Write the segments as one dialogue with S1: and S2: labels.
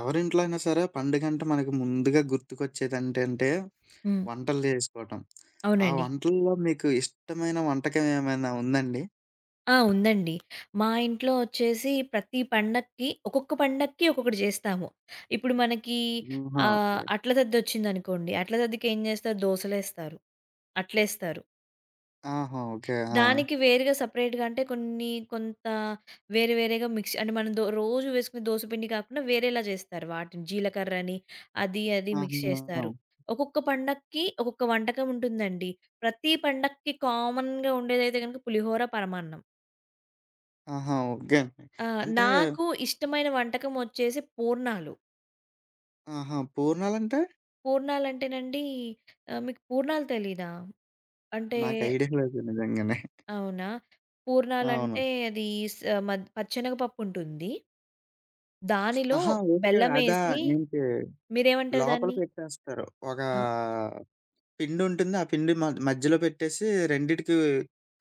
S1: ఎవరింట్లో అయినా సరే పండుగంటే మనకు ముందుగా గుర్తుకొచ్చేదేంటంటే,
S2: హ్మ్.
S1: వంటలు జేసుకోవటం. ఆ
S2: అవునండి.
S1: వంటల్లో మీకు ఇష్టమైన వంటకం ఏమైనా ఉందండి?
S2: ఆ! ఉందండి. మా ఇంట్లో వచ్చేసి ప్రతి పండక్కి ఒక్కొక్క పండక్కి ఒక్కొక్కటి జేస్తాము. ఇప్పుడు మనకి
S1: ఆహా! ఓకే.
S2: అట్ల దద్దొచ్చిందనుకోండి. అట్ల దద్దకేం జేస్తారు? దోసలేస్తారు. అట్లేస్తారు.
S1: ఆహా! ఓకే. ఆ!
S2: దానికి వేరుగా సెపరేట్‌గా అంటే కొన్ని కొంత వేరే వేరేగా మిక్స్ అంటే మనం రోజు వేసుకునే దోస పిండి కాకుండా వేరేలా జేస్తారు. వాటిని జీలకర్రని అది అది మిక్స్
S1: ఆహా!
S2: చేస్తారు. ఒక్కొక్క పండక్కి ఒక్కొక్క వంటకం ఉంటుందండి. ప్రతి పండక్కి కామన్‌గా ఉండేదైతే గనుక పులిహోర, పరమాన్నం.
S1: ఆహా! ఓకే అండి.
S2: ఆ!
S1: అంటే
S2: నాకు ఇష్టమైన వంటకం వచ్చేసి పూర్ణాలు.
S1: ఆహా! పూర్ణాలంటే?
S2: పూర్ణాలంటేనండి, మీకు పూర్ణాలు తెలీదా? అంటే
S1: నాకు ఐడియా లేదు నిజంగానే.
S2: అవునా?
S1: అవును.
S2: పూర్ణాలంటే అది స్ మద్ పచ్చెనగపప్పు ఉంటుంది. దానిలో
S1: ఆహా! ఓకే. అదా
S2: బెల్లమేసి,
S1: ఏంటి
S2: మీరేమంటారు
S1: లోపల
S2: దాన్ని?
S1: పెట్టేస్తారు. ఒకా
S2: ఆ!
S1: పిండుంటుంది. ఆ పిండి మధ్యలో పెట్టేసి రెండిటికి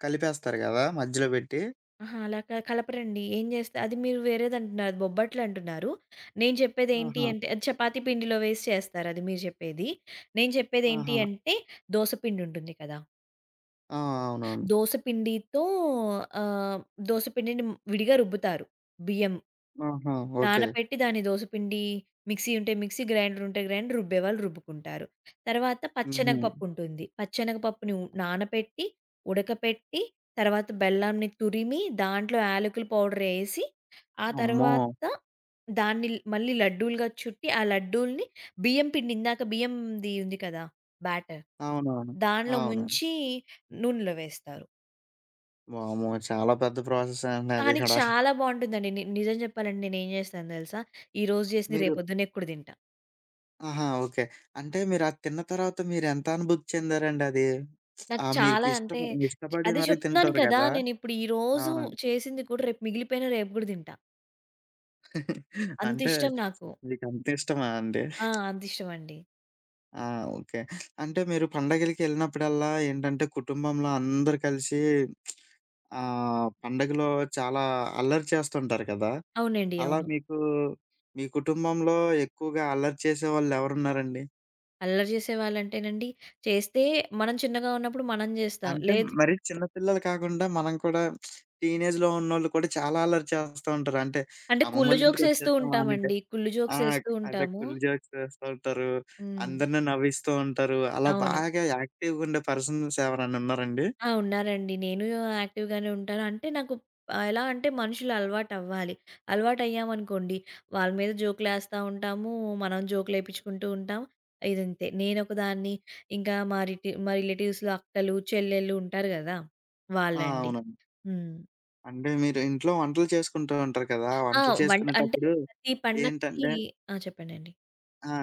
S1: కలిపేస్తారు గదా! మధ్యలో పెట్టి.
S2: అహా! అలా కలపరండి. ఏం చేస్తా, అది మీరు వేరేదంటున్నారు. బొబ్బట్లు అంటున్నారు. నేను చెప్పేదేంటి
S1: ఆహా!
S2: అంటే అది చపాతీ పిండిలో వేసి చేస్తారు అది మీరు చెప్పేది. నేను చెప్పేదేంటి
S1: ఆహా!
S2: అంటే దోస పిండి ఉంటుంది కదా!
S1: ఆ! అవునవును.
S2: దోస పిండితో ఆహ్, దోస పిండిని విడిగా రుబ్బుతారు. బియ్యం
S1: ఆహా! ఓకే.
S2: నానపెట్టి దాన్ని దోస పిండి మిక్సీ ఉంటే మిక్సీ, గ్రైండర్ ఉంటే గ్రైండర్ రుబ్బేవాళ్ళు రుబ్బుకుంటారు. తర్వాత
S1: హుహు.
S2: పచ్చెనగపప్పు ఉంటుంది. పచ్చెనగపప్పుని నానపెట్టి, ఉడకపెట్టి, తర్వాత బెల్లాన్ని తురిమి దాంట్లో యాలకుల పౌడర్ ఏసి, ఆ
S1: అమ్మో!
S2: తర్వాత దాన్ని మళ్ళీ లడ్డూలుగా చుట్టి, ఆ లడ్డూల్ని బియ్యం పిండి, ఇందాక బియ్యంది ఉంది కదా! బ్యాటర్
S1: అవునవును.
S2: దానిలో
S1: అవునండి.
S2: ముంచి నూనెలో వేస్తారు.
S1: వామ్మో! చాలా పెద్ద ప్రాసెసే అండి అది
S2: కానీ
S1: కూడా.
S2: చాలా బావుంటుందండి. నిజం చెప్పాలంటే నేనేం జేస్తానో దెలుసా? ఈరోజు జేసింది
S1: మీరు
S2: రేపొద్దున్న ఎక్కుడు తింటా.
S1: ఆహా! ఓకే. అంటే మీరది తిన్న తర్వాత మీరెంత అనుభూతి చెందారండి అది?
S2: నాకు
S1: ఆ!
S2: చాలా
S1: మీకిష్టం
S2: అంటే
S1: ఇష్టపడి
S2: అదే
S1: మరీ
S2: చెప్తున్నాను
S1: తింటారు
S2: కదా!
S1: కదా!
S2: నేనిప్పుడు ఈరోజు
S1: అవునండి.
S2: చేసింది కూడా రేపు మిగిలిపోయినా రేపు గూడా తింటా.
S1: అంటే
S2: అంతిష్టం నాకు.
S1: మీకంత ఇష్టమా అండి?
S2: ఆ! అంతిష్టమండి.
S1: ఆ! ఓకే. అంటే మీరు పండగలకెళ్ళినప్పుడల్లా ఏంటంటే కుటుంబంలో అందరూ కలిసి పండగలో చాలా అల్లరి చేస్తుంటారు కదా!
S2: అవునండి.
S1: అలా
S2: అవును.
S1: మీకు మీ కుటుంబంలో ఎక్కువగా అల్లరి చేసేవాళ్ళెవరున్నారండి?
S2: అల్లరి చేసేవాళ్ళంటేనండి, చేస్తే మనం చిన్నగా ఉన్నప్పుడు జేస్తాం.
S1: అంటే
S2: లేదు
S1: మరి చిన్న పిల్లలు కాకుండా మనం కూడా టీనేజ్‌లో ఉన్నోళ్ళు కూడా చాలా అల్లరి చేస్తా ఉంటారు. అంటే
S2: అంటే కుళ్ళు జోక్సేస్తూ
S1: అమ్మమ్మోళ్ళింటికొచ్చేసాం అనక
S2: ఉంటామండి. కుళ్ళు
S1: ఆ!
S2: జోక్సేస్తూ
S1: అదే
S2: ఉంటాము.
S1: కుల్ జోక్స్ వేస్తా ఉంటారు.
S2: హ్మ్.
S1: అందరిని నవ్విస్తూ ఉంటారు. అలా
S2: అవును.
S1: బాగా యాక్టివ్‌గుండే పర్సన్స్ ఎవరైనా ఉన్నారండి?
S2: ఆ! ఉన్నారండి. నేను యాక్టివ్‌గానే ఉంటాను. అంటే నాకు, ఎలా అంటే మనుషులు అలవాటవ్వాలి. అలవాటయ్యామనుకోండి, వాళ్ళ మీద జోకులేస్తా ఉంటాము, మనం జోకులేపిచ్చుకుంటూ ఉంటాం. ఇదంతే. నేనొకదాన్ని, ఇంకా మా రిలేటివ్స్‌లో అక్కలు, చెల్లెళ్ళు ఉంటారు గదా!
S1: ఆ!
S2: వాళ్ళండి.
S1: అవునండి.
S2: హ్మ్.
S1: అంటే మీరు ఇంట్లో వంటలు చేసుకుంటూ ఉంటారు కదా!
S2: ఆ!
S1: వంటలు
S2: వంట అంటే
S1: చేసుకునేటప్పుడు
S2: ప్రతి పండక్కి
S1: ఏంటంటే
S2: ఆ! చెప్పండండి.
S1: ఆ!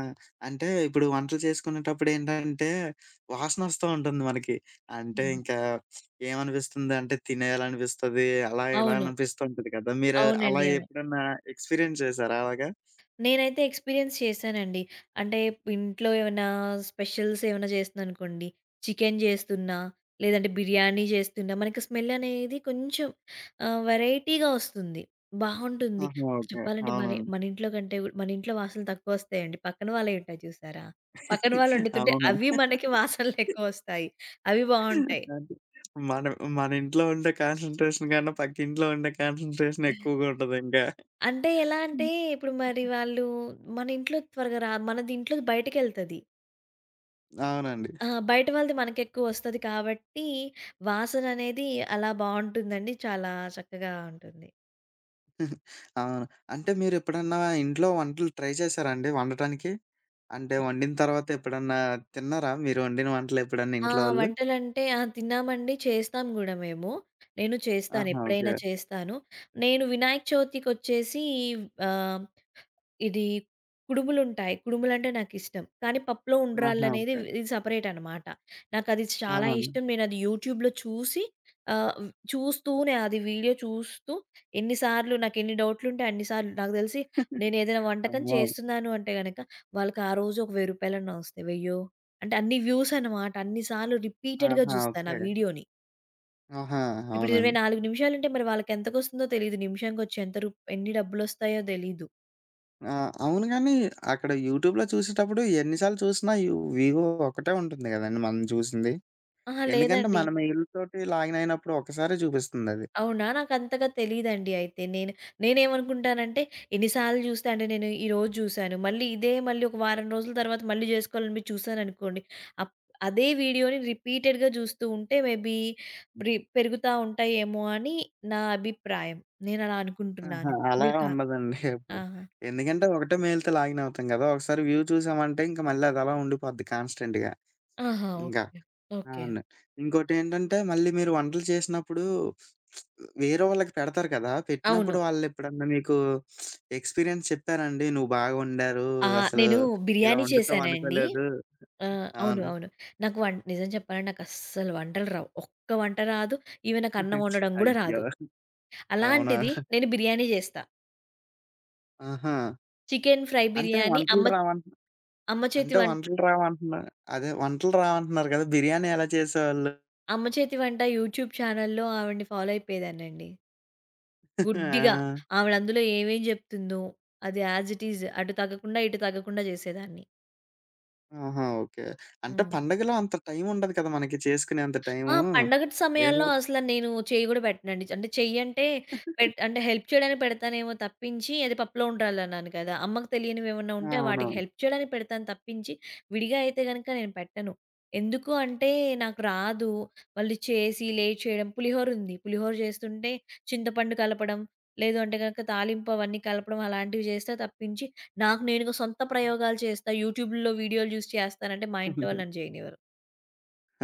S1: అంటే ఇప్పుడు వంటలు చేసుకునేటప్పుడేంటంటే, వాసనొస్తా ఉంటుంది మనకి. అంటే ఇంకా ఏమనిపిస్తుందంటే తినేయాలనిపిస్తది. అలా ఇలా
S2: అవును.
S1: అనిపిస్తూ ఉంటది కదా! మీరు అలా
S2: అవునండి. అవును.
S1: ఎప్పుడన్నా ఎక్స్‌పీరియన్స్ చేసారా అలాగా?
S2: నేనైతే ఎక్స్‌పీరియన్స్ చేశానండి. అంటే ఇంట్లో ఏమన్నా స్పెషల్స్ ఏమన్నా చేస్తున్నాననుకోండి. చికెన్ చేస్తున్నా, లేదంటే బిర్యానీ చేస్తున్నా, మనకి స్మెల్ అనేది కొంచెం వెరైటీగా వస్తుంది. బావుంటుంది.
S1: ఆహా! ఓకే.
S2: చెప్పాలంటే మన
S1: అవునండి.
S2: మన ఇంట్లో కంటే మన ఇంట్లో వాసనలు తక్కువొస్తాయండి. పక్కన వాళ్ళయి ఉంటాయి చూసారా? పక్కన వాళ్ళు వండుతుంటే
S1: అవును.
S2: అవి మనకి వాసనలెక్కువొస్తాయి. అవి బావుంటాయి.
S1: అంటే మనం మన ఇంట్లో ఉండే కాన్సంట్రేషన్ కన్నా పక్కింట్లో ఉండే కాన్సంట్రేషన్ ఎక్కువగా ఉంటదింకా.
S2: అంటే ఎలా అంటే ఇప్పుడు మరి వాళ్ళు, మన ఇంట్లో త్వరగా మనది ఇంట్లో బయటికెళ్తది.
S1: అవునండి.
S2: ఆ! బయట వాళ్ళది మనకెక్కువొస్తది కాబట్టి, వాసననేది అలా బావుంటుందండి. చాలా చక్కగా ఉంటుంది.
S1: అవును. అంటే మీరెప్పుడన్నా ఇంట్లో వంటలు ట్రై చేశారా అండి వండటానికి? అంటే
S2: హ్మ్.
S1: వండిన తర్వాత ఎప్పుడన్నా తిన్నారా? మీరు వండిన వంటలెప్పుడన్నా
S2: ఆ!
S1: ఇంట్లో వాళ్ళు?
S2: వంటలంటే ఆ! తిన్నామండి. చేస్తాం గూడా మేము. నేను చేస్తాను.
S1: ఆహా! ఓకే.
S2: ఎప్పుడైనా చేస్తాను. నేను వినాయక చవితికొచ్చేసి ఆహ్ ఇది కుడుములుంటాయి. కుడుములంటే నాకిష్టం. కానీ పప్పులో
S1: ఆహా!
S2: ఉండ్రాళ్ళనేది
S1: ఓకే.
S2: ఇది సెపరేట్ అనమాట. నాకది
S1: ఆ!
S2: చాలా ఇష్టం. నేనది యూట్యూబ్‌లో చూసి, చూస్తూనే అది వీడియో చూస్తూ, ఎన్ని సార్లు నాకెన్ని డౌట్‌లుంటే అన్ని సార్లు నాకు తెలిసి, నేనేదైనా వంటకం
S1: అమ్మో!
S2: చేస్తున్నాను అంటే గనక వాళ్ళకి ఆ రోజు ఒక రూ. 1000 రూపాయలన్నా వస్తాయి. వెయ్యో అంటే అన్ని వ్యూస్ అనమాట. అన్ని సార్లు రిపీటెడ్‌గా
S1: ఆహా!
S2: చూస్తాను
S1: ఓకే.
S2: ఆ వీడియోని.
S1: ఆహా!
S2: ఇప్పుడు
S1: అవునండి.
S2: 24 నిమిషాలంటే మరి వాళ్ళకెంతకొస్తుందో తెలీదు. నిమిషానికొచ్చి ఎంత ఎన్ని డబ్బులొస్తాయో తెలీదు.
S1: ఆ! అవును గానీ, అక్కడ యూట్యూబ్‌లో చూసేటప్పుడు ఎన్ని సార్లు చూసినా యు వివో ఒకటే ఉంటుంది గదండీ మనం చూసింది.
S2: అహా!
S1: ఎందుకంటే
S2: లేదండి.
S1: మన మెయిల్‌తోటి లాగిన్ అయినప్పుడు ఒకసారే చూపిస్తుందది.
S2: అవునా! నాకంతగా తెలీదండి అయితే. నేనేమనుకుంటానంటే ఎన్ని సార్లు చూస్తే అంటే నేను ఈరోజు చూసాను. మళ్ళీ ఇదే మళ్ళీ ఒక వారం రోజుల తర్వాత మళ్ళీ జేసుకోవాలనిపించి చూసాననుకోండి. అప్ అదే వీడియోని రిపీటెడ్‌గా చూస్తూ ఉంటే మేబీ పెరుగుతా ఉంటాయేమో అని నా అభిప్రాయం. నేనలా
S1: ఆహా!
S2: అనుకుంటున్నాను.
S1: అలా
S2: మీరు కా
S1: ఉండదండి ఎప్పుడు.
S2: ఆహా!
S1: ఎందుకంటే ఒకటే మేలితో లాగిన్ అవుతాం గదా! ఒకసారి వ్యూ చూసామంటే ఇంక మళ్ళీ అది అలా ఉండిపోద్ది కాన్‌స్టెంట్‌గా
S2: ఆహా!
S1: ఇంకా.
S2: ఓకే. ఓకే.
S1: అవును. ఇంకోటేంటంటే మళ్ళీ మీరు వంటలు చేసినప్పుడు వేరే వాళ్ళకి పెడతారు కదా!
S2: అవును.
S1: పెట్టినప్పుడు వాళ్ళెప్పుడన్నా మీకు ఎక్స్‌పీరియన్స్ చెప్పారా అండి? "నువ్వు బాగా వండారు.
S2: ఆ!
S1: అసలు
S2: నేను
S1: ఇలా
S2: బిర్యానీ
S1: వండుతావు
S2: చేశానండి.
S1: అనుకోలేదు."
S2: ఆ! అవును.
S1: అవును.
S2: అవును. నాకు వం నిజం చెప్పాలంటే నాకస్సలు వంటలు రావు. ఒక్క వంట రాదు. ఈవెన్ నాకు అన్నం వండడం గూడా
S1: అయ్యో!
S2: రాదు.
S1: అవునా?
S2: అలాంటిది నేను బిర్యానీ జేస్తా.
S1: ఆహా!
S2: చికెన్ ఫ్రై
S1: అంటే
S2: బిర్యానీ
S1: వంటలు
S2: అమ్మ
S1: రావన్
S2: అమ్మ చేతి
S1: అంటే
S2: వం
S1: వంటలు రావంటున్నా అదే వంటలు రావంటున్నారు కదా! బిర్యానీ ఎలా చేసేవాళ్ళు?
S2: అమ్మ చేతి వంట యూట్యూబ్ ఛానెల్‌లో ఆవిడని ఫాలో అయిపోయేదాన్నండి. గుడ్డిగా.
S1: ఆ!
S2: ఆవిడ అందులో ఏమేం జెప్తుందో అది యాజ్ ఇట్ ఈజ్ అటు తగ్గకుండా, ఇటు తగ్గకుండా జేసేదాన్ని.
S1: ఆహా! ఓకే. అంటే
S2: హ్మ్.
S1: పండగలో అంత టైముండదు కదా! మనకి చేసుకునేంత
S2: ఆ!
S1: టైము.
S2: పండగటి
S1: ఏదో
S2: సమయాల్లో అసల నేను చెయ్యి గూడా పెట్టనండి. అంటే చెయ్యంటే, అంటే హెల్ప్ చేయడానికి పెడతానేమో తప్పించి, అది పప్పులో ఉండాలన్నాను కదా! అమ్మకు తెలియనివేమన్నా
S1: ఆ!
S2: ఉంటే వాటికి
S1: అవునవును.
S2: హెల్ప్ చేయడానికి పెడతాను తప్పించి, విడిగా అయితే గనక నేను పెట్టను. ఎందుకు అంటే నాకు రాదు. వాళ్ళు చేసి, లేట్ చేయడం, పులిహోరుంది. పులిహోర చేస్తుంటే చింతపండు కలపడం, లేదు అంటే గనక తాలింపు అవన్నీ కలపడం అలాంటివి చేస్తా తప్పించి, నాకు నేనుగా సొంత ప్రయోగాలు చేస్తా, యూట్యూబ్‌లో వీడియోలు జూసి చేస్తానంటే మా ఇంట్లో వాళ్ళని జేయనివ్వరు.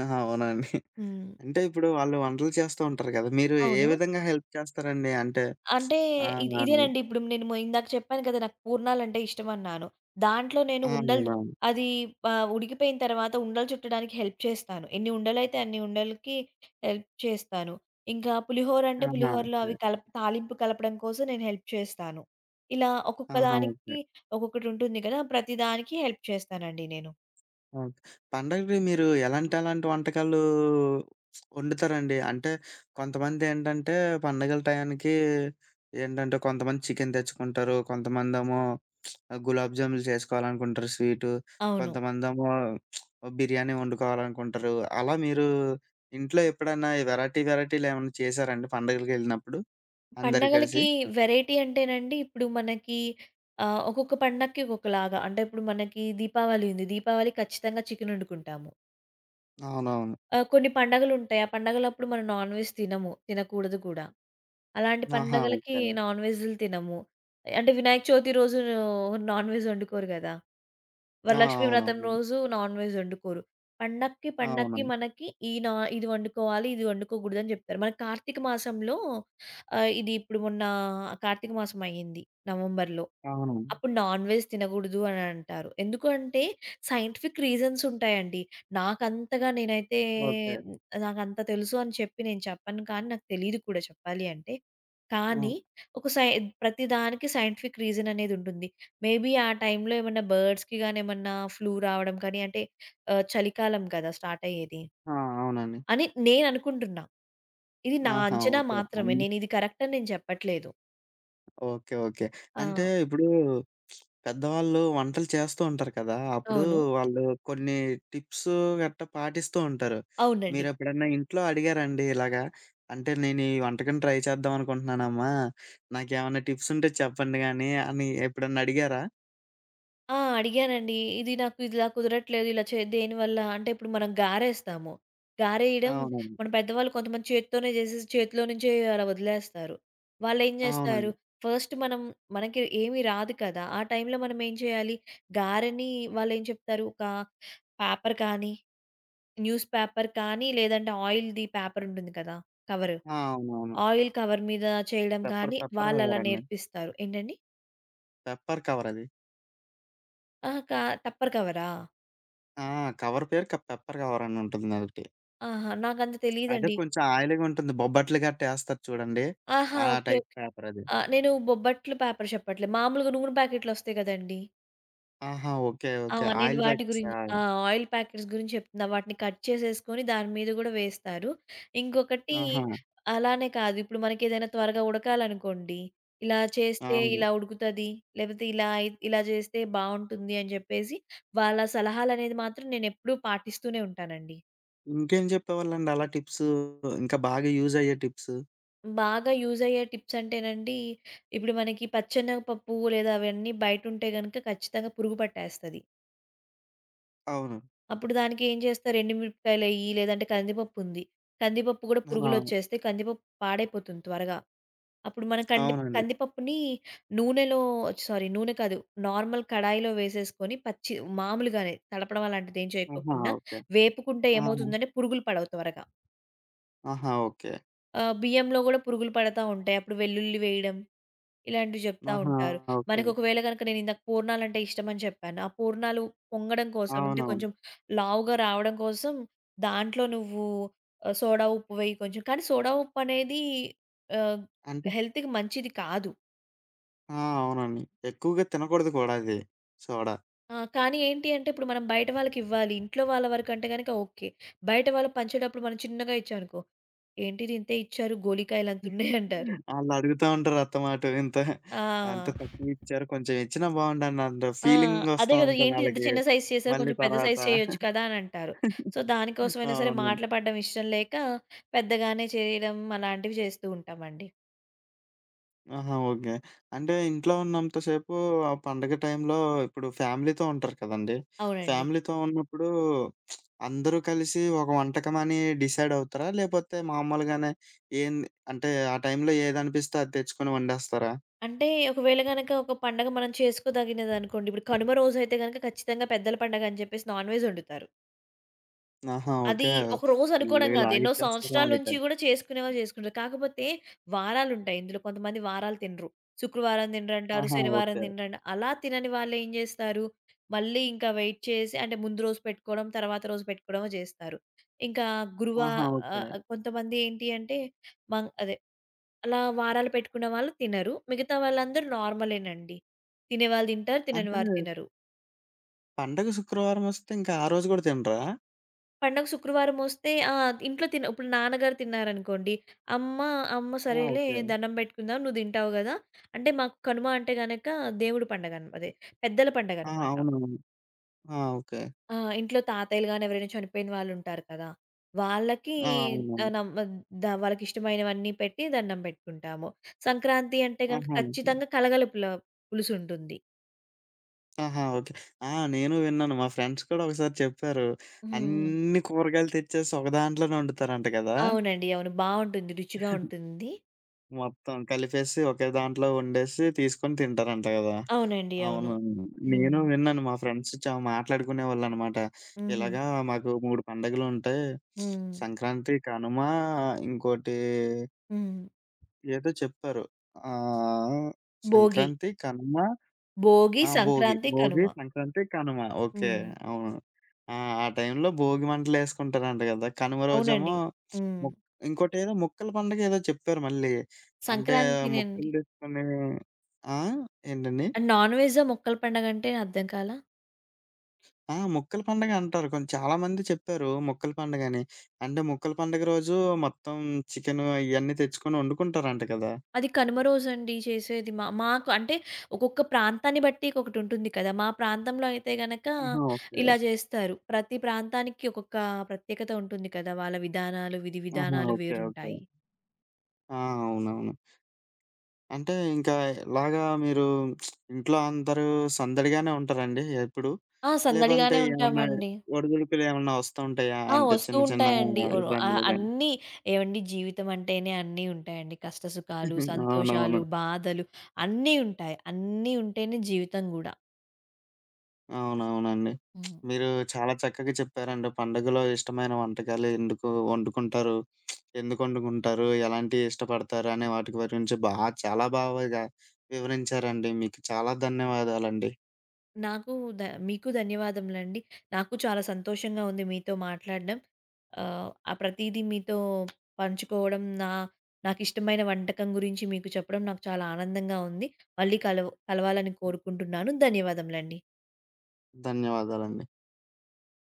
S1: ఆ! అవునండి.
S2: హ్మ్.
S1: అంటే ఇప్పుడు వాళ్ళు వంటలు చేస్తూ ఉంటారు కదా! మీరు ఏ
S2: అవును.
S1: విధంగా హెల్ప్ చేస్తారండి? అంటే
S2: అంటే
S1: ఆ! అండి.
S2: ఇదేనండి. ఇప్పుడు నేను ఇందాక చెప్పాను కదా! నాకు పూర్ణాలంటే ఇష్టమన్నాను. దాంట్లో నేను
S1: ఆ!
S2: ఉండలు,
S1: అవునవును.
S2: అది, ఉడికిపోయిన తర్వాత ఉండలు చుట్టడానికి హెల్ప్ చేస్తాను. ఎన్ని ఉండలైతే అన్ని ఉండలకి హెల్ప్ చేస్తాను. ఇంకా పులిహోర అంటే
S1: ఆహా!
S2: పులిహోరలో
S1: ఓకే.
S2: అవి తాలింపు కలపడం కోసం నేను హెల్ప్ చేస్తాను. ఇలా ఒక్కొక్క
S1: ఆహా! ఓకే.
S2: దానికి ఒక్కొక్కటి ఉంటుంది కదా! ప్రతి దానికి హెల్ప్ చేస్తానండి నేను.
S1: ఓకే. పండగకి మీరు ఎలాంటి, ఎలాంటి వంటకాలు వండుతారండి? అంటే కొంతమందేంటంటే పండగల టయానికి ఏంటంటే కొంతమంది చికెన్ తెచ్చుకుంటారు. కొంతమందేమో గులాబ్ జాములు చేసుకోవాలనుకుంటారు స్వీటు.
S2: అవును.
S1: కొంతమందేమో బిర్యానీ వండుకోవాలనుకుంటారు. అలా మీరు ఇంట్లో ఎప్పుడైనా ఈ వెరైటీ వెరైటీలేమన్నా చేశారండి పండగలకెళ్ళినప్పుడు అందరూ కలిసి?
S2: పండగలకి వెరైటీ అంటేనండి, ఇప్పుడు మనకి ఒక్కొక్క పండక్కి ఒక్కొక్కలాగా. అంటే ఇప్పుడు మనకి దీపావళి ఉంది. దీపావళి ఖచ్చితంగా చికెన్ వండుకుంటాము.
S1: అవునవును.
S2: కొన్ని పండగలుంటాయి. ఆ పండగలప్పుడు మనం నాన్ వెజ్ తినము. తినకూడదు గూడా. అలాంటి
S1: ఆహా!
S2: పండగలకి
S1: ఓకే.
S2: నాన్ వెజ్‌లు తినము. అంటే వినాయక చవితి రోజు నాన్ వెజ్ వండుకోరు గదా!
S1: ఆ!
S2: వరలక్ష్మి వ్రతం
S1: అవునవును.
S2: రోజు నాన్ వెజ్ వండుకోరు. పండక్కి, పండక్కి
S1: అవునండి.
S2: మనకి ఈ నా ఇది వండుకోవాలి, ఇది వండుకోకూడదని జెప్తారు. మన కార్తీక మాసంలో, ఆహ్, ఇది ఇప్పుడు మొన్న కార్తీక మాసం అయ్యింది నవంబర్‌లో.
S1: అవును.
S2: అప్పుడు నాన్ వెజ్ తినగూడదు అని అంటారు. ఎందుకు అంటే సైంటిఫిక్ రీజన్స్ ఉంటాయండి. నాకంతగా నేనైతే
S1: ఓకే.
S2: నాకంత తెలుసు అని చెప్పి నేను చెప్పను, కానీ నాకు తెలీదు కూడా చెప్పాలి అంటే.
S1: హ్మ్.
S2: కానీ ఒక సై ప్రతి దానికి సైంటిఫిక్ రీజన్ అనేది ఉంటుంది. మేబీ ఆ టైంలో ఏమన్నా బర్డ్స్‌కి గాని ఏమన్నా ఫ్లూ రావడం కానీ అంటే, చలికాలం కదా! స్టార్ట్ అయ్యేది.
S1: ఆ! అవునండి.
S2: అని నేను అనుకుంటున్నా. ఇది నా
S1: ఆహా!
S2: అంచనా
S1: ఓకే.
S2: మాత్రమే. నేను ఇది కరెక్ట్ అని నేను చెప్పట్లేదు.
S1: ఓకే. ఓకే.
S2: ఆ!
S1: అంటే ఇప్పుడు పెద్దవాళ్ళు వంటలు చేస్తూ ఉంటారు కదా! అప్పుడు
S2: అవును.
S1: వాళ్ళు కొన్ని టిప్స్ గట్టా పాటిస్తూ ఉంటారు.
S2: అవునండి.
S1: మీరెప్పుడన్నా ఇంట్లో అడిగారండి ఇలాగా? అంటే నేను ఈ వంటకం ట్రై చేద్దాం అనుకుంటున్నానమ్మా. నాకేమన్నా టిప్స్ ఉంటే చెప్పండి గాని అని ఎప్పుడన్నా అడిగారా?
S2: ఆ! అడిగానండి. ఇది నాకు ఇలా కుదరట్లేదు. ఇలా దేనివల్ల అంటే ఇప్పుడు మనం గారేస్తాము. గారేయడం
S1: అవునండి.
S2: మన పెద్దవాళ్ళు కొంతమంది చేత్తోనే చేసేసి చేతిలో నుంచే అలా వదిలేస్తారు. వాళ్ళేం జేస్తారు,
S1: అవునండి.
S2: ఫస్ట్ మనం, మనకి ఏమి రాదు కదా! ఆ టైంలో మనం ఏం చేయాలి, గారెని వాళ్ళేం చెప్తారు, ఒక పేపర్ కానీ, న్యూస్ పేపర్ కానీ, లేదంటే ఆయిల్‌ది పేపర్ ఉంటుంది కదా! కవరు.
S1: ఆ! అవునవును.
S2: ఆయిల్ కవర్ మీద చేయడం
S1: పెప్పర్
S2: కానీ
S1: పెప్పర్
S2: వాళ్ళలా
S1: కవరండి.
S2: నేర్పిస్తారు. ఏంటండి?
S1: పెప్పర్ కవరది.
S2: ఆహా! టప్పర్ కవరా?
S1: ఆ! కవర్ పేరు పెప్పర్ కవర్ అని ఉంటుందదొకటి.
S2: ఆహా! నాకంత
S1: అదే
S2: తెలీదండి.
S1: కొంచెం ఆయిలీగా ఉంటుంది. బొబ్బట్లు గట్టా ఏస్తారు చూడండి.
S2: ఆహా!
S1: ఆ
S2: ఓకే.
S1: Type
S2: okay.
S1: పేపర్ అది.
S2: ఆ! నేను బొబ్బట్లు పేపర్ చెప్పట్లేదు. మామూలుగా నూనె ప్యాకెట్‌లొస్తాయి గదండీ!
S1: ఆహా! ఓకే.
S2: ఆ!
S1: ఓకే.
S2: నేను
S1: ఆయిల్
S2: వాటి
S1: ప్యాకెట్సా?
S2: గురించి ఆ! ఆయిల్ ప్యాకెట్స్ గురించి చెప్తున్నా. వాటిని కట్ చేసేసుకొని దాని మీద గూడా వేస్తారు. ఇంకొకటి
S1: ఆహా!
S2: అలానే కాదు. ఇప్పుడు మనకేదైనా త్వరగా ఉడకాలనుకోండి. ఇలా చేస్తే
S1: అవును.
S2: ఇలా ఉడుకుతది. లేపోతే ఇలా అయి ఇలా చేస్తే బావుంటుంది అని జెప్పేసి, వాళ్ళ సలహాలనేది మాత్రం నేనెప్పుడూ పాటిస్తూనే ఉంటానండి.
S1: ఇంకేం చెప్పేవాళ్ళండి అలా టిప్స్? ఇంకా బాగా యూజ్ అయ్యే టిప్స్?
S2: బాగా యూజయ్యే టిప్సంటేనండి, ఇప్పుడు మనకి పచ్చెనగపప్పు లేదా అవన్నీ బయటుంటే గనక ఖచ్చితంగా పురుగు పట్టేస్తది.
S1: అవును.
S2: అప్పుడు దానికేం చేస్తారు, ఎండుమిరపకాయలెయ్యి, లేదంటే కందిపప్పుంది. కందిపప్పు గూడా
S1: ఆ!
S2: పురుగులొచ్చేస్తాయి. కందిపప్పు పాడైపోతుంది త్వరగా. అప్పుడు మనం
S1: అవునండి.
S2: కందిపప్పుని నూనెలో, సారీ నూనె కాదు, నార్మల్ కడాయిలో వేసేసుకొని పచ్చి, మామూలుగానే తడపడం అలాంటిదేం
S1: ఆహా!
S2: చేయకోకుండా
S1: ఓకే.
S2: వేపుకుంటే
S1: ఆహా!
S2: ఏమవుతుందంటే పురుగులు పడవు త్వరగా.
S1: ఆహా! ఓకే.
S2: బియ్యంలో గూడా పురుగులు పడతా ఉంటాయి. అప్పుడు వెల్లుల్లి వేయడం ఇలాంటివి చెప్తా
S1: ఆహా!
S2: ఉంటారు.
S1: ఓకే.
S2: మనకొకవేళ గనక, నేనిందాక పూర్ణాలంటే ఇష్టమని చెప్పాను. ఆ పూర్ణాలు పొంగడం కోసం, అంటే
S1: అవునవును.
S2: కొంచెం లావుగా రావడం కోసం దాంట్లో నువ్వు, సోడా ఉప్పు వెయ్యి కొంచెం. కానీ సోడా ఉప్పనేది, ఆహ్,
S1: అంటే
S2: హెల్త్‌కి మంచిది కాదు.
S1: ఆ! అవునండి. ఎక్కువగా తినకూడదు కూడా అది సోడా.
S2: ఆ! కానీ ఏంటి అంటే ఇప్పుడు మనం బయట వాళ్ళకివ్వాలి. ఇంట్లో వాళ్ళ వరకంటే గనక ఓకే. బయట వాళ్ళకి పంచేటప్పుడు మనం చిన్నగా ఇచ్చామనుకో, "ఏంటిది ఇంతే ఇచ్చారు గోలికాయలంతున్నయి" అంటారు.
S1: ఆళ్ళడుగుతా ఉంటారు అత్తమాట ఇంత.
S2: ఆ!
S1: అంత తక్కువిచ్చారు కొంచెం ఇచ్చినా బావుండనంత
S2: ఆ! అదే
S1: ఫీలింగొస్తా
S2: గదా!
S1: ఉంటది
S2: ఏంటి ఇంత
S1: ఆళ్ళకి.
S2: చిన్న సైజ్ చేశారు,
S1: మళ్ళీ
S2: కొంచెం పెద్ద
S1: తర్వాత.
S2: సైజ్ చేయొచ్చు కదా! అని అంటారు. సో, దానికోసమైనా సరే
S1: అవును.
S2: మాటలు పడడం ఇష్టం లేక పెద్దగానే చేయడం అలాంటివి చేస్తూ ఉంటామండి.
S1: ఆహా! ఓకే. అంటే ఇంట్లో ఉన్నంత సేపు ఆ పండగ టైంలో ఇప్పుడు ఫ్యామిలీతో ఉంటారు కదండీ!
S2: అవునండి.
S1: ఫ్యామిలీతో ఉన్నప్పుడు అందరూ కలిసి ఒక వంటకమని డిసైడవుతారా? లేపోతే మామూలుగానే ఏంది అంటే ఆ టైంలో ఏదనిపిస్తే అది తెచ్చుకొని వండేస్తారా?
S2: అంటే ఒకవేళ గనక ఒక పండగ మనం చేసుకోదగినదనుకోండి. ఇప్పుడు కనుమ రోజైతే గనక ఖచ్చితంగా పెద్దల పండగ అని చెప్పేసి నాన్ వెజ్ వండుతారు.
S1: ఆహా!
S2: అది
S1: ఓకే.
S2: ఒక రోజు అనుకోవడం
S1: ఫుల్లుగా
S2: కాదు. ఎన్నో
S1: లాగిచ్చేస్తారేమో
S2: సంవత్సరాల
S1: అయితే.
S2: నుంచి కూడా చేసుకునేవాళ్ళు చేసుకుంటారు. కాకపోతే వారాలుంటాయి ఇందులో. కొంతమంది వారాలు తినరు. శుక్రవారం తినరంటారు,
S1: ఆహా!
S2: శనివారం
S1: ఓకే.
S2: తినరంటారు. అలా తినని వాళ్ళేం జేస్తారు, మళ్ళీ ఇంకా వెయిట్ చేసి అంటే ముందు రోజు పెట్టుకోవడం, తర్వాత రోజు పెట్టుకోవడమో జేస్తారు. ఇంకా గురువా
S1: ఆహా! ఓకే.
S2: ఆహ్, కొంతమంది ఏంటి అంటే అదే అలా వారాలు పెట్టుకున్న వాళ్ళు తినరు. మిగతా వాళ్ళందరూ నార్మలేనండి. తినేవాళ్ళు తింటారు, తినని
S1: అంటే
S2: వారు తినరు.
S1: పండగ శుక్రవారమొస్తే ఇంకా ఆ రోజు గూడా తినరా?
S2: పండగ శుక్రవారమొస్తే ఆ! ఇంట్లో తిన ఇప్పుడు నాన్నగారు తిన్నారనుకోండి, అమ్మ అమ్మ
S1: ఆ!
S2: సరేలే,
S1: ఓకే.
S2: దండం పెట్టుకుందాం నువ్వు తింటావు గదా! అంటే మాకు కనుమ అంటే గనక దేవుడి పండగ అదే పెద్దల
S1: ఆ!
S2: పండగనమాట.
S1: అవునవును. ఆ! ఓకే.
S2: ఆ! ఇంట్లో తాతయ్యలు గాని ఎవరైనా చనిపోయిన వాళ్ళుంటారు కదా! వాళ్ళకి
S1: ఆ! అవునవును.
S2: ఆహ్, నమ్ ద వాళ్ళకిష్టమైనవన్నీ పెట్టి దండం పెట్టుకుంటాము. సంక్రాంతి అంటే గనక
S1: ఆహా! ఓకే.
S2: ఖచ్చితంగా కలగల పుల పులుసుంటుంది.
S1: ఆహా! ఓకే. ఆ! నేను విన్నాను. మా ఫ్రెండ్స్ కూడా ఒకసారి చెప్పారు.
S2: హ్మ్.
S1: అన్ని కూరగాయలు తెచ్చేసి ఒక దాంట్లోనే వండుతారంట గదా!
S2: అవునండి. అవును. బావుంటుంది. రుచిగా ఉంటుంది.
S1: మొత్తం కలిపేసి ఒకే దాంట్లో వండేసి తీసుకొని తింటారంట గదా!
S2: అవునండి. అవును.
S1: అవును. నేను
S2: హ్మ్.
S1: విన్నాను. మా ఫ్రెండ్స్ చా మాట్లాడుకునేవాళ్ళనమాట.
S2: హుహు.
S1: ఇలాగా మాకు 3 పండగలుంటాయి.
S2: హ్మ్.
S1: సంక్రాంతి, కనుమ ఇంకోటి
S2: హ్మ్.
S1: ఏదో చెప్పారు. ఆహ్,
S2: భోగి.
S1: సంక్రాంతి, కనుమ
S2: భోగి,
S1: ఆ! భోగి.
S2: సంక్రాంతి,
S1: భోగి,
S2: కనుమ.
S1: సంక్రాంతి, కనుమ. ఓకే.
S2: హ్మ్.
S1: అవును. ఆ! ఆ టైంలో భోగి మంటలేసుకుంటారంట గదా! కనుమ రోజేమో
S2: అవునండి. హ్మ్.
S1: మొక్ ఇంకోటేదో ముక్కల పండగ ఏదో చెప్పారు మళ్ళీ. అంటే
S2: సంక్రాంతినండి.
S1: ముక్కలు తెచ్చుకొని ఆ? ఏంటండి?
S2: అండ్ నాన్ వెజ్జా మొక్కల పండగంటే అర్థం కాలా?
S1: ఆ! ముక్కల పండగ అంటారు. కొంచెం చాలామంది చెప్పారు ముక్కల పండగని. అంటే ముక్కల పండగ రోజు మొత్తం చికెను ఇయన్నీ తెచ్చుకొని వండుకుంటారంట కదా!
S2: అది కనుమ రోజండి చేసేది. మాకు అంటే ఒక్కొక్క ప్రాంతాన్ని బట్టి ఒకటుంటుంది కదా! మా ప్రాంతంలో అయితే గనక
S1: ఆహా! ఓకే.
S2: ఇలా చేస్తారు. ప్రతి ప్రాంతానికి ఒక్కొక్క ప్రత్యేకత ఉంటుంది కదా! వాళ్ళ విధానాలు, విధి
S1: ఆహా!
S2: విధానాలు
S1: ఓకే. ఓకే.
S2: వేరుంటాయి.
S1: ఆ! అవునవును. అంటే ఇంకా ఇలాగా మీరు ఇంట్లో అందరూ సందడిగానే ఉంటారండి ఎప్పుడు?
S2: ఆ!
S1: లేదంటే
S2: సందడిగానే
S1: ఏమన్నా
S2: ఉంటామండి.
S1: ఒడిదుడుకులు ఏమన్నా వస్తూ ఉంటాయా?
S2: ఆ!
S1: అంటే
S2: వస్తూ
S1: చిన్న చిన్న
S2: ఉంటాయండి.
S1: ఇబ్బందులు గాని?
S2: అన్నీ ఏవండి, జీవితం అంటేనే అన్నీ ఉంటాయండి. కష్ట సుఖాలు,
S1: అవునవును.
S2: సంతోషాలు, బాధలు అన్నీ ఉంటాయి. అన్నీ ఉంటేనే జీవితం గూడా.
S1: అవునవునండి.
S2: హ్మ్.
S1: మీరు చాలా చక్కగా చెప్పారండి. పండుగలో ఇష్టమైన వంటకాలు ఎందుకు వండుకుంటారు? ఎందుకు వండుకుంటారు? ఎలాంటివి ఇష్టపడతారు? అనే వాటి గురించి చాలా బాగా వివరించారండి. మీకు చాలా ధన్యవాదాలండి.
S2: నాకు ద మీకు ధన్యవాదములండి. నాకు చాలా సంతోషంగా ఉంది మీతో మాట్లాడడం. ఆ ప్రతీదీ మీతో పంచుకోవడం, నాకిష్టమైన వంటకం గురించి మీకు చెప్పడం నాకు చాలా ఆనందంగా ఉంది. మళ్ళీ కలవాలని కోరుకుంటున్నాను. ధన్యవాదములండి.
S1: ధన్యవాదాలండి.